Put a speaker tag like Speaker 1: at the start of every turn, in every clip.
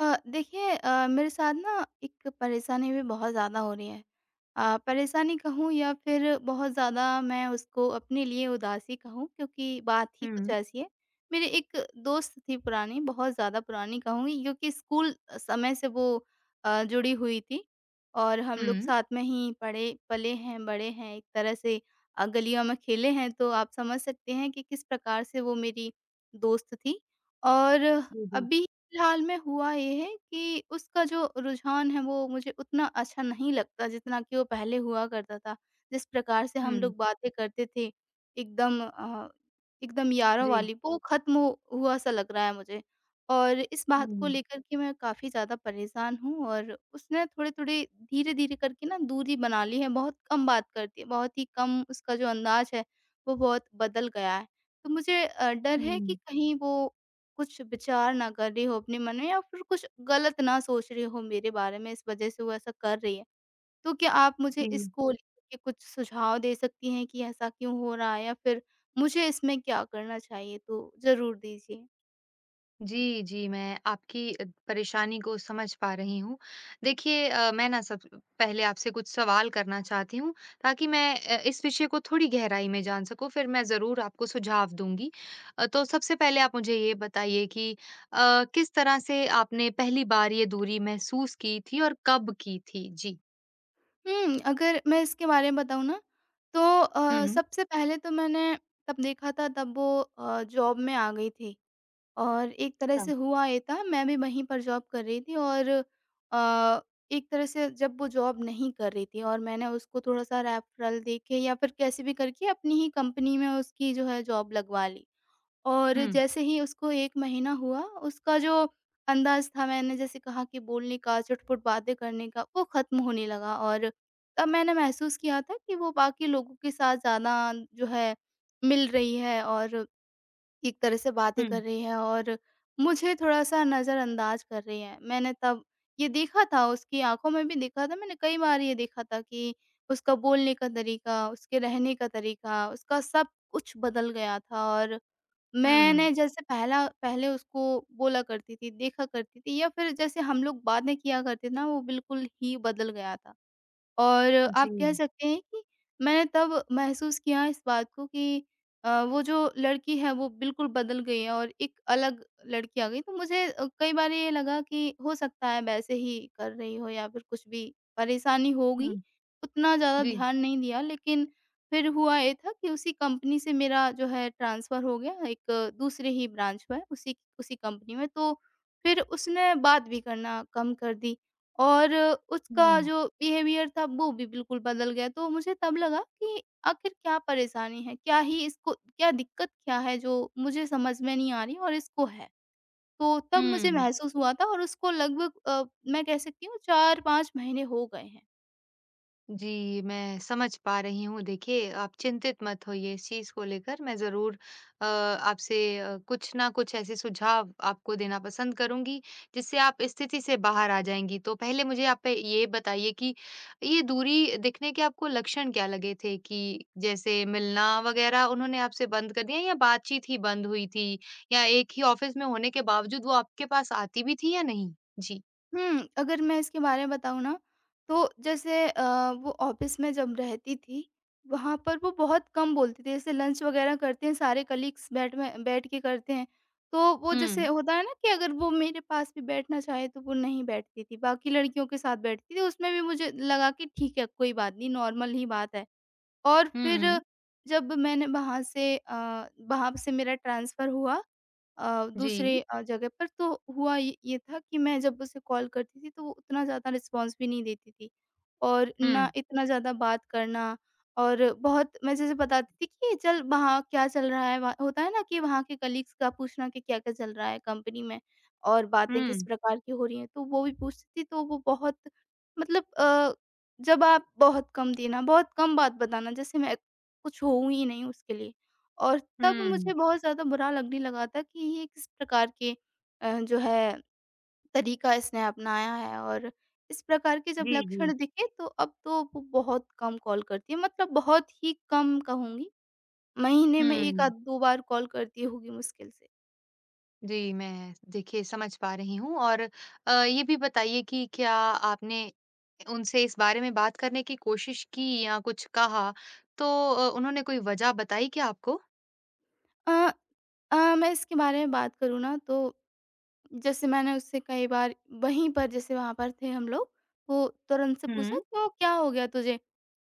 Speaker 1: देखिए, मेरे साथ ना एक परेशानी भी बहुत ज़्यादा हो रही है। परेशानी कहूँ या फिर बहुत ज़्यादा मैं उसको अपने लिए उदासी कहूँ क्योंकि बात ही कुछ
Speaker 2: हुँ।
Speaker 1: ऐसी है। मेरी एक दोस्त थी पुरानी, बहुत ज़्यादा पुरानी कहूँगी क्योंकि स्कूल समय से वो जुड़ी हुई थी और हम लोग
Speaker 2: हुँ।
Speaker 1: साथ में ही पढ़े पले हैं, बड़े हैं, एक तरह से गलियों में खेले हैं, तो आप समझ सकते हैं कि किस प्रकार से वो मेरी दोस्त थी। और
Speaker 2: जी, जी।
Speaker 1: अभी फिलहाल में हुआ ये है कि उसका जो रुझान है वो मुझे उतना अच्छा नहीं लगता जितना कि वो पहले हुआ करता था। जिस प्रकार से हम
Speaker 2: हुँ।
Speaker 1: लोग बातें करते थे, एकदम एकदम यारों
Speaker 2: जी।
Speaker 1: वाली वो ख़त्म हो हुआ सा लग रहा है मुझे। और इस बात को
Speaker 2: हुँ,
Speaker 1: लेकर के मैं काफ़ी ज़्यादा परेशान हूँ और उसने थोड़े-थोड़े धीरे-धीरे करके ना दूरी बना ली है, बहुत कम बात करती है, बहुत ही कम उसका जो अंदाज़ है वो बहुत बदल गया है। तो मुझे डर है कि
Speaker 2: हुँ।
Speaker 1: कहीं वो कुछ विचार ना कर रही हो अपने मन में या फिर कुछ गलत ना सोच रही हो मेरे बारे में, इस वजह से वो ऐसा कर रही है। तो क्या आप मुझे
Speaker 2: जी।
Speaker 1: इसको लेकर के कुछ सुझाव दे सकती हैं कि ऐसा क्यों हो रहा है या फिर मुझे इसमें क्या करना चाहिए? तो ज़रूर दीजिए।
Speaker 2: जी, जी, मैं आपकी परेशानी को समझ पा रही हूँ। देखिए, अ, मैं ना सब पहले आपसे कुछ सवाल करना चाहती हूँ ताकि मैं इस विषय को थोड़ी गहराई में जान सकूँ, फिर मैं ज़रूर आपको सुझाव दूँगी। तो सबसे पहले आप मुझे ये बताइए कि किस तरह से आपने पहली बार ये दूरी महसूस की थी और कब की थी? जी।
Speaker 1: हुँ, अगर मैं इसके बारे में बताऊँ ना, तो
Speaker 2: हुँ।
Speaker 1: सबसे पहले तो मैंने तब देखा था, तब वो जॉब में आ गई थी। और एक तरह
Speaker 2: अच्छा।
Speaker 1: से हुआ ये था, मैं भी वहीं पर जॉब कर रही थी और अ, एक तरह से जब वो जॉब नहीं कर रही थी और मैंने उसको थोड़ा-सा रेफरल दे के या फिर कैसे भी करके अपनी ही कंपनी में उसकी जो है जॉब लगवा ली। और
Speaker 2: हुँ।
Speaker 1: जैसे ही उसको 1 महीना हुआ, उसका जो अंदाज़ था, मैंने जैसे कहा कि बोलने का, चुटपुट बातें करने का, वो ख़त्म होने लगा और तब मैंने महसूस किया था कि वो बाकी लोगों के साथ ज़्यादा जो है मिल रही है और एक तरह से बातें कर
Speaker 2: हुँ।
Speaker 1: रही है और मुझे थोड़ा-सा नज़रअंदाज कर रही है। मैंने तब ये देखा था, उसकी आँखों में भी देखा था, मैंने कई बार ये देखा था कि उसका बोलने का तरीका, उसके रहने का तरीका, उसका सब कुछ बदल गया था और
Speaker 2: हुँ।
Speaker 1: मैंने जैसे पहला पहले उसको बोला करती थी, देखा करती थी या फिर जैसे हम लोग बातें किया करते थे ना, वो बिल्कुल ही बदल गया था। और आप
Speaker 2: जी।
Speaker 1: कह सकते हैं कि मैंने तब महसूस किया इस बात को कि वो जो लड़की है वो बिल्कुल बदल गई है और एक अलग लड़की आ गई। तो मुझे कई बार ये लगा कि हो सकता है वैसे ही कर रही हो या फिर कुछ भी परेशानी होगी।
Speaker 2: हुँ।
Speaker 1: उतना ज़्यादा
Speaker 2: जी।
Speaker 1: ध्यान नहीं दिया, लेकिन फिर हुआ ये था कि उसी कंपनी से मेरा जो है ट्रांसफ़र हो गया एक दूसरे ही ब्रांच में, उसी उसी कंपनी में। तो फिर उसने बात भी करना कम कर दी। और उसका
Speaker 2: हुँ।
Speaker 1: जो बिहेवियर था वो भी बिल्कुल बदल गया। तो मुझे तब लगा कि आखिर क्या परेशानी है? क्या ही इसको, क्या दिक्कत क्या है जो मुझे समझ में नहीं आ रही और इसको है? तो तब मुझे
Speaker 2: हुँ।
Speaker 1: महसूस हुआ था, और उसको लगभग मैं कह सकती हूँ 4-5 महीने हो गए हैं।
Speaker 2: जी, मैं समझ पा रही हूँ। देखिए, आप चिंतित मत होइए इस चीज़ को लेकर। मैं ज़रूर आपसे कुछ ना कुछ ऐसे सुझाव आपको देना पसंद करूँगी, जिससे आप इस स्थिति से बाहर आ जाएँगी। तो पहले मुझे आप ये बताइए कि ये दूरी दिखने के आपको लक्षण क्या लगे थे कि जैसे मिलना वग़ैरह उन्होंने आपसे बंद कर दिया या बातचीत ही बंद हुई थी? या एक ही ऑफ़िस में होने के बावजूद वो आपके पास आती भी थी या नहीं? जी।
Speaker 1: हुँ, अगर मैं इसके बारे में बताऊँ ना, तो जैसे वो ऑफ़िस में जब रहती थी, वहाँ पर वो बहुत कम बोलती थी। जैसे लंच वग़ैरह करते हैं, सारे कलीग्स बैठ में बैठ के करते हैं, तो वो जैसे
Speaker 2: हुँ।
Speaker 1: होता है ना कि अगर वो मेरे पास भी बैठना चाहे, तो वो नहीं बैठती थी। बाकी लड़कियों के साथ बैठती थी, उसमें भी मुझे लगा कि ठीक है, कोई बात नहीं, नॉर्मल ही बात है। और
Speaker 2: हुँ,
Speaker 1: फिर
Speaker 2: हुँ।
Speaker 1: जब मैंने वहाँ से वहाँ से मेरा ट्रांसफ़र हुआ
Speaker 2: जी।
Speaker 1: दूसरे जगह पर, तो हुआ ये था कि मैं जब उसे कॉल करती थी, तो वो उतना ज़्यादा रिस्पॉन्स भी नहीं देती थी और ना
Speaker 2: हुँ।
Speaker 1: इतना ज़्यादा बात करना। और बहुत मैं जैसे बताती थी कि चल वहाँ क्या चल रहा है, वहाँ होता है ना कि वहाँ के कलीग्स का पूछना कि क्या-क्या चल रहा है कंपनी में और बातें किस
Speaker 2: हुँ,
Speaker 1: प्रकार की हो रही हैं, तो वो भी पूछती थी, तो वो बहुत मतलब जब आप बहुत कम देना, बहुत कम बात बताना, जैसे मैं कुछ हूँ ही नहीं उसके लिए। और तब मुझे
Speaker 2: हुँ।
Speaker 1: बहुत ज़्यादा बुरा लगने लगा था कि ये किस प्रकार के जो है तरीका इसने अपनाया है। और इस प्रकार के जब
Speaker 2: जी, जी।
Speaker 1: लक्षण दिखे, तो अब तो वो बहुत कम कॉल करती है, मतलब बहुत ही कम कहूँगी, महीने में 1 आध
Speaker 2: हुँ।
Speaker 1: 2 बार कॉल करती होगी मुश्किल से।
Speaker 2: जी, मैं देखिए समझ पा रही हूँ। और ये भी बताइए कि क्या आपने उनसे इस बारे में बात करने की कोशिश की या कुछ कहा? तो उन्होंने कोई वजह बताई क्या आपको?
Speaker 1: अ मैं इसके बारे में बात करूँ ना, तो जैसे मैंने उससे कई बार वहीं पर, जैसे वहाँ पर थे हम लोग, तो तुरंत से
Speaker 2: हुँ,
Speaker 1: पूछा, "क्यों, क्या हो गया तुझे?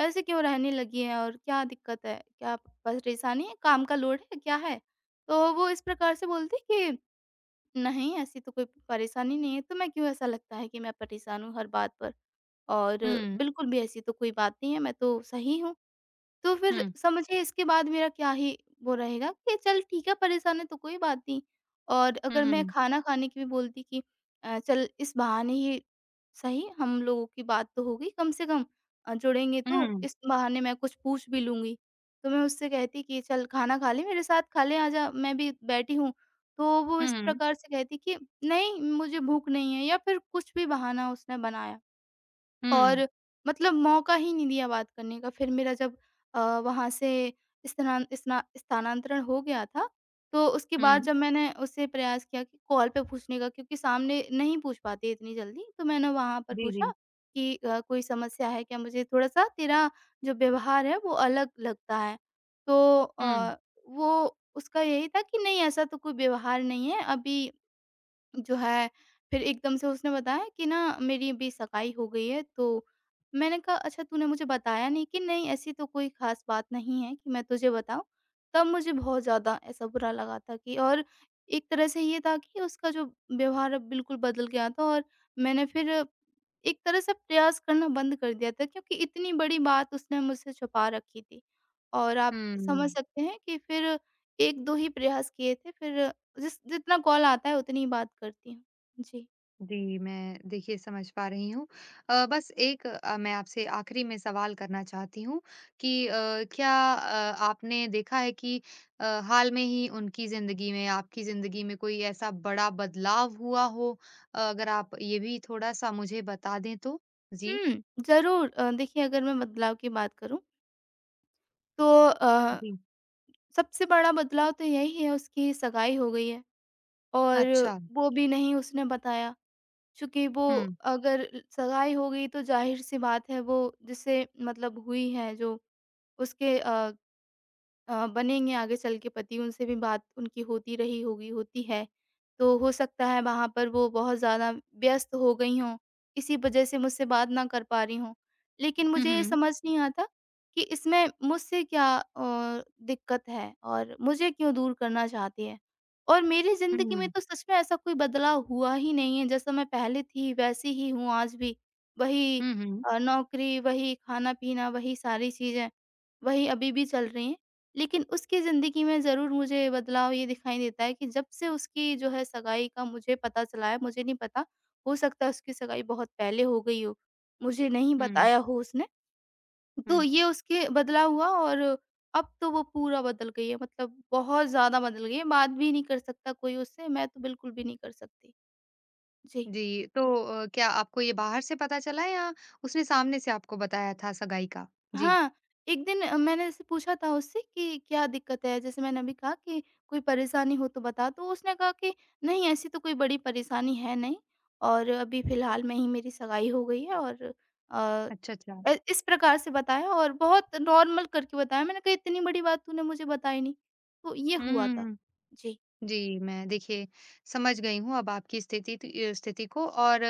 Speaker 1: ऐसे क्यों रहने लगी है और क्या दिक्कत है? क्या परेशानी है? काम का लोड है? क्या है?" तो वो इस प्रकार से बोलती कि, "नहीं, ऐसी तो कोई परेशानी नहीं है, तुम्हें क्यों ऐसा लगता है कि मैं परेशान हूँ हर बात पर? और
Speaker 2: हुँ,
Speaker 1: बिल्कुल भी ऐसी तो कोई बात नहीं है, मैं तो सही हूँ।" तो फिर
Speaker 2: हुँ,
Speaker 1: समझिए इसके बाद मेरा क्या ही वो रहेगा कि चल ठीक है, परेशान है तो कोई बात नहीं। और
Speaker 2: हुँ,
Speaker 1: अगर मैं
Speaker 2: हुँ,
Speaker 1: खाना खाने की भी बोलती कि चल इस बहाने ही सही, हम लोगों की बात तो होगी कम से कम, जुड़ेंगे तो
Speaker 2: हुँ,
Speaker 1: इस बहाने मैं कुछ पूछ भी लूँगी। तो मैं उससे कहती कि चल खाना खा ले, मेरे साथ खा ले, आजा मैं भी बैठी हूँ। तो वो
Speaker 2: हुँ,
Speaker 1: इस
Speaker 2: हुँ,
Speaker 1: प्रकार से कहती कि नहीं मुझे भूख नहीं है, या फिर कुछ भी बहाना उसने बनाया।
Speaker 2: हुँ, हुँ,
Speaker 1: और मतलब मौका ही नहीं दिया बात करने का। फिर मेरा जब वहाँ से स्थानान स्ना स्थानांतरण हो गया था, तो उसके बाद
Speaker 2: हुँ।
Speaker 1: जब मैंने उससे प्रयास किया कि कॉल पे पूछने का, क्योंकि सामने नहीं पूछ पाते इतनी जल्दी, तो मैंने वहाँ पर
Speaker 2: जी,
Speaker 1: पूछा
Speaker 2: जी।
Speaker 1: कि "कोई समस्या है क्या? मुझे थोड़ा-सा तेरा जो व्यवहार है वो अलग लगता है।" तो
Speaker 2: हुँ,
Speaker 1: वो उसका यही था कि "नहीं ऐसा तो कोई व्यवहार नहीं है, अभी" जो है। फिर एकदम से उसने बताया कि ना, मेरी अभी सगाई हो गई है, तो मैंने कहा अच्छा, तूने मुझे बताया नहीं। कि नहीं ऐसी तो कोई खास बात नहीं है कि मैं तुझे बताऊं। तब मुझे बहुत ज्यादा ऐसा बुरा लगा था कि, और एक तरह से ये था कि उसका जो व्यवहार अब बिल्कुल बदल गया था, और मैंने फिर एक तरह से प्रयास करना बंद कर दिया था, क्योंकि इतनी बड़ी बात उसने मुझसे छुपा रखी थी। और आप समझ
Speaker 2: हुँ।
Speaker 1: सकते हैं कि फिर 1-2 ही प्रयास किए थे, फिर जिस जितना कॉल आता है उतनी ही बात करती हूँ। जी।
Speaker 2: जी, मैं देखिए समझ पा रही हूँ। बस एक, मैं आपसे आखिरी में सवाल करना चाहती हूँ कि क्या आपने देखा है कि हाल में ही उनकी ज़िंदगी में, आपकी ज़िंदगी में कोई ऐसा बड़ा बदलाव हुआ हो? अगर आप ये भी थोड़ा-सा मुझे बता दें तो? जी।
Speaker 1: हुँ, ज़रूर। देखिए, अगर मैं बदलाव की बात करूँ तो
Speaker 2: जी।
Speaker 1: सबसे बड़ा बदलाव तो यही है, उसकी सगाई हो गई है और
Speaker 2: अच्छा।
Speaker 1: वो भी नहीं उसने बताया। चूँकि वो,
Speaker 2: हुँ।
Speaker 1: अगर सगाई हो गई तो ज़ाहिर-सी बात है, वो जिससे मतलब हुई है, जो उसके बनेंगे आगे चल के पति, उनसे भी बात उनकी होती रही होगी, होती है। तो हो सकता है वहाँ पर वो बहुत ज़्यादा व्यस्त हो गई हों, इसी वजह से मुझसे बात ना कर पा रही हों। लेकिन
Speaker 2: हुँ,
Speaker 1: मुझे ये
Speaker 2: हुँ।
Speaker 1: समझ नहीं आता कि इसमें मुझसे क्या दिक्कत है और मुझे क्यों दूर करना चाहती हैं। और मेरी
Speaker 2: हुँ,
Speaker 1: ज़िंदगी में
Speaker 2: हुँ।
Speaker 1: तो सच में ऐसा कोई बदलाव हुआ ही नहीं है, जैसा मैं पहले थी वैसी ही हूँ आज भी। वही
Speaker 2: हुँ, हुँ।
Speaker 1: नौकरी, वही खाना-पीना, वही सारी चीज़ें, वही अभी भी चल रही हैं। लेकिन उसकी ज़िंदगी में ज़रूर मुझे बदलाव ये दिखाई देता है कि जब से उसकी जो है सगाई का मुझे पता चला है, मुझे नहीं पता, हो सकता है उसकी सगाई बहुत पहले हो गई हो, मुझे नहीं
Speaker 2: हुँ,
Speaker 1: बताया हो उसने। तो
Speaker 2: हुँ।
Speaker 1: ये उसके बदलाव हुआ। और अब तो वो पूरा बदल गई है, मतलब बहुत ज़्यादा बदल गई है, बात भी नहीं कर सकता कोई उससे, मैं तो बिल्कुल भी नहीं कर सकती। जी।
Speaker 2: जी, तो क्या आपको ये बाहर से पता चला या उसने सामने से आपको बताया था सगाई का? जी।
Speaker 1: हाँ, एक दिन मैंने जैसे पूछा था उससे कि क्या दिक्कत है? जैसे मैंने अभी कहा कि कोई परेशानी हो तो बता। तो उसने कहा कि नहीं ऐसी तो कोई बड़ी परेशानी है नहीं, और अभी फ़िलहाल में ही मेरी सगाई हो गई है और अ,
Speaker 2: अच्छा, अच्छा।
Speaker 1: इस प्रकार से बताया और बहुत नॉर्मल करके बताया। मैंने कहा इतनी बड़ी बात तूने मुझे बताई नहीं। तो ये
Speaker 2: हुँ,
Speaker 1: हुआ
Speaker 2: हुँ,
Speaker 1: था।
Speaker 2: हुँ।
Speaker 1: जी।
Speaker 2: जी, मैं देखिए समझ गई हूँ अब आपकी स्थिति को। और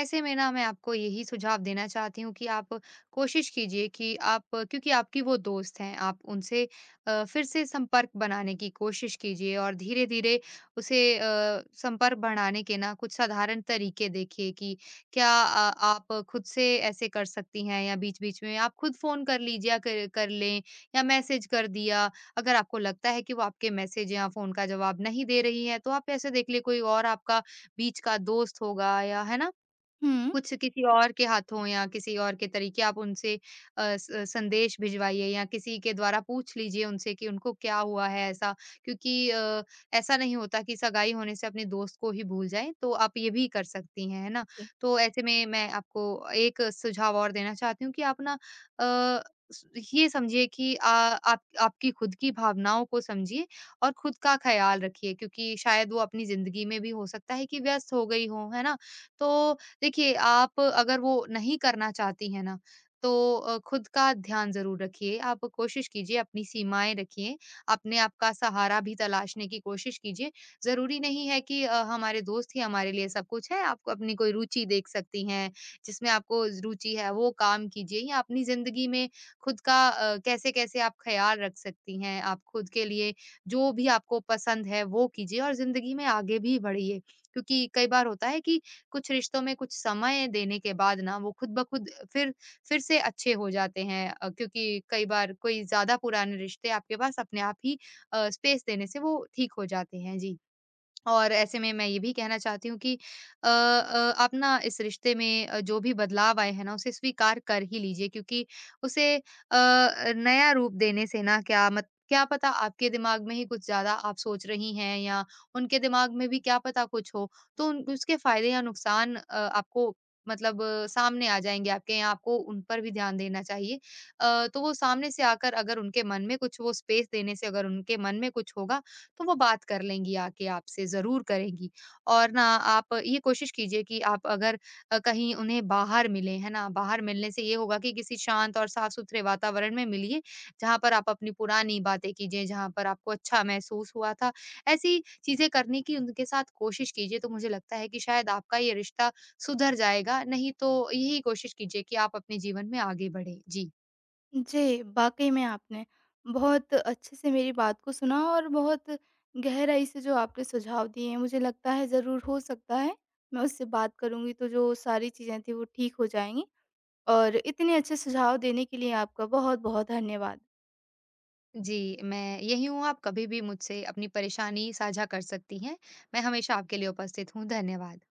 Speaker 2: ऐसे में ना मैं आपको यही सुझाव देना चाहती हूँ कि आप कोशिश कीजिए कि आप, क्योंकि आपकी वो दोस्त हैं, आप उनसे फिर से संपर्क बनाने की कोशिश कीजिए और धीरे-धीरे उसे संपर्क बढ़ाने के ना कुछ साधारण तरीके देखिए कि क्या, आप खुद से ऐसे कर सकती हैं या बीच-बीच में आप खुद फ़ोन कर लीजिए या कर कर लें या मैसेज कर दिया। अगर आपको लगता है कि वो आपके मैसेज या फ़ोन का जवाब नहीं दे रही है, तो आप ऐसे देख लिए कोई और आपका बीच का दोस्त होगा या है ना,
Speaker 1: हुँ।
Speaker 2: कुछ किसी और के हाथों या किसी और के तरीके आप उनसे अ, स संदेश भिजवाइए या किसी के द्वारा पूछ लीजिए उनसे कि उनको क्या हुआ है ऐसा? क्योंकि ऐसा नहीं होता कि सगाई होने से अपने दोस्त को ही भूल जाएँ, तो आप ये भी कर सकती हैं, है ना?
Speaker 1: जी।
Speaker 2: तो ऐसे में मैं आपको एक सुझाव और देना चाहती हूँ कि आप ना, अ, स ये समझिए कि आप, आपकी खुद की भावनाओं को समझिए और खुद का ख़्याल रखिए क्योंकि शायद वो अपनी ज़िंदगी में भी हो सकता है कि व्यस्त हो गई हों, है ना? तो देखिए, आप अगर वो नहीं करना चाहती हैं ना, तो खुद का ध्यान ज़रूर रखिए। आप कोशिश कीजिए, अपनी सीमाएँ रखिए, अपने आप का सहारा भी तलाशने की कोशिश कीजिए। ज़रूरी नहीं है कि हमारे दोस्त ही हमारे लिए सब कुछ है। आपको अपनी कोई रुचि देख सकती हैं, जिसमें आपको रुचि है, वो काम कीजिए या अपनी ज़िंदगी में खुद का, कैसे-कैसे आप ख़्याल रख सकती हैं, आप खुद के लिए जो भी आपको पसंद है, वो कीजिए और ज़िंदगी में आगे भी बढ़िए। क्योंकि कई बार होता है कि कुछ रिश्तों में कुछ समय देने के बाद ना वो खुद ब खुद फिर से अच्छे हो जाते हैं, क्योंकि कई बार कोई ज़्यादा पुराने रिश्ते आपके पास अपने आप ही स्पेस देने से वो ठीक हो जाते हैं। जी। और ऐसे में मैं ये भी कहना चाहती हूँ कि आप ना इस रिश्ते में जो भी बदलाव आए हैं ना उसे स्वीकार कर ही लीजिए क्योंकि उसे नया रूप देने से ना, क्या मत क्या पता आपके दिमाग में ही कुछ ज़्यादा आप सोच रही हैं या उनके दिमाग में भी क्या पता कुछ हो, तो उन उसके फ़ायदे या नुकसान आपको मतलब, सामने आ जाएँगे आपके, या आपको उन पर भी ध्यान देना चाहिए। तो वो सामने से आकर अगर उनके मन में कुछ, वो स्पेस देने से अगर उनके मन में कुछ होगा तो वो बात कर लेंगी, आके आपसे ज़रूर करेंगी। और ना आप ये कोशिश कीजिए कि आप अगर कहीं उन्हें बाहर मिलें, है ना? बाहर मिलने से ये होगा कि किसी शांत और साफ-सुथरे वातावरण में मिलिए, जहाँ पर आप अपनी पुरानी बातें कीजिए, जहाँ पर आपको अच्छा महसूस हुआ था। ऐसी चीज़ें करने की उनके साथ कोशिश कीजिए तो मुझे लगता है कि शायद आपका ये रिश्ता सुधर जाएगा, नहीं तो यही कोशिश कीजिए कि आप अपने जीवन में आगे बढ़ें। जी।
Speaker 1: जी, वाक़ई में आपने बहुत अच्छे से मेरी बात को सुना और बहुत गहराई से जो आपने सुझाव दिए हैं, मुझे लगता है ज़रूर हो सकता है, मैं उससे बात करूँगी तो जो सारी चीज़ें थीं वो ठीक हो जाएँगी, और इतने अच्छे सुझाव देने के लिए आपका बहुत-बहुत धन्यवाद।
Speaker 2: जी, मैं यहीं हूँ, आप कभी भी मुझसे अपनी परेशानी साझा कर सकती हैं। मैं हमेशा आपके लिए उपस्थित हूँ, धन्यवाद।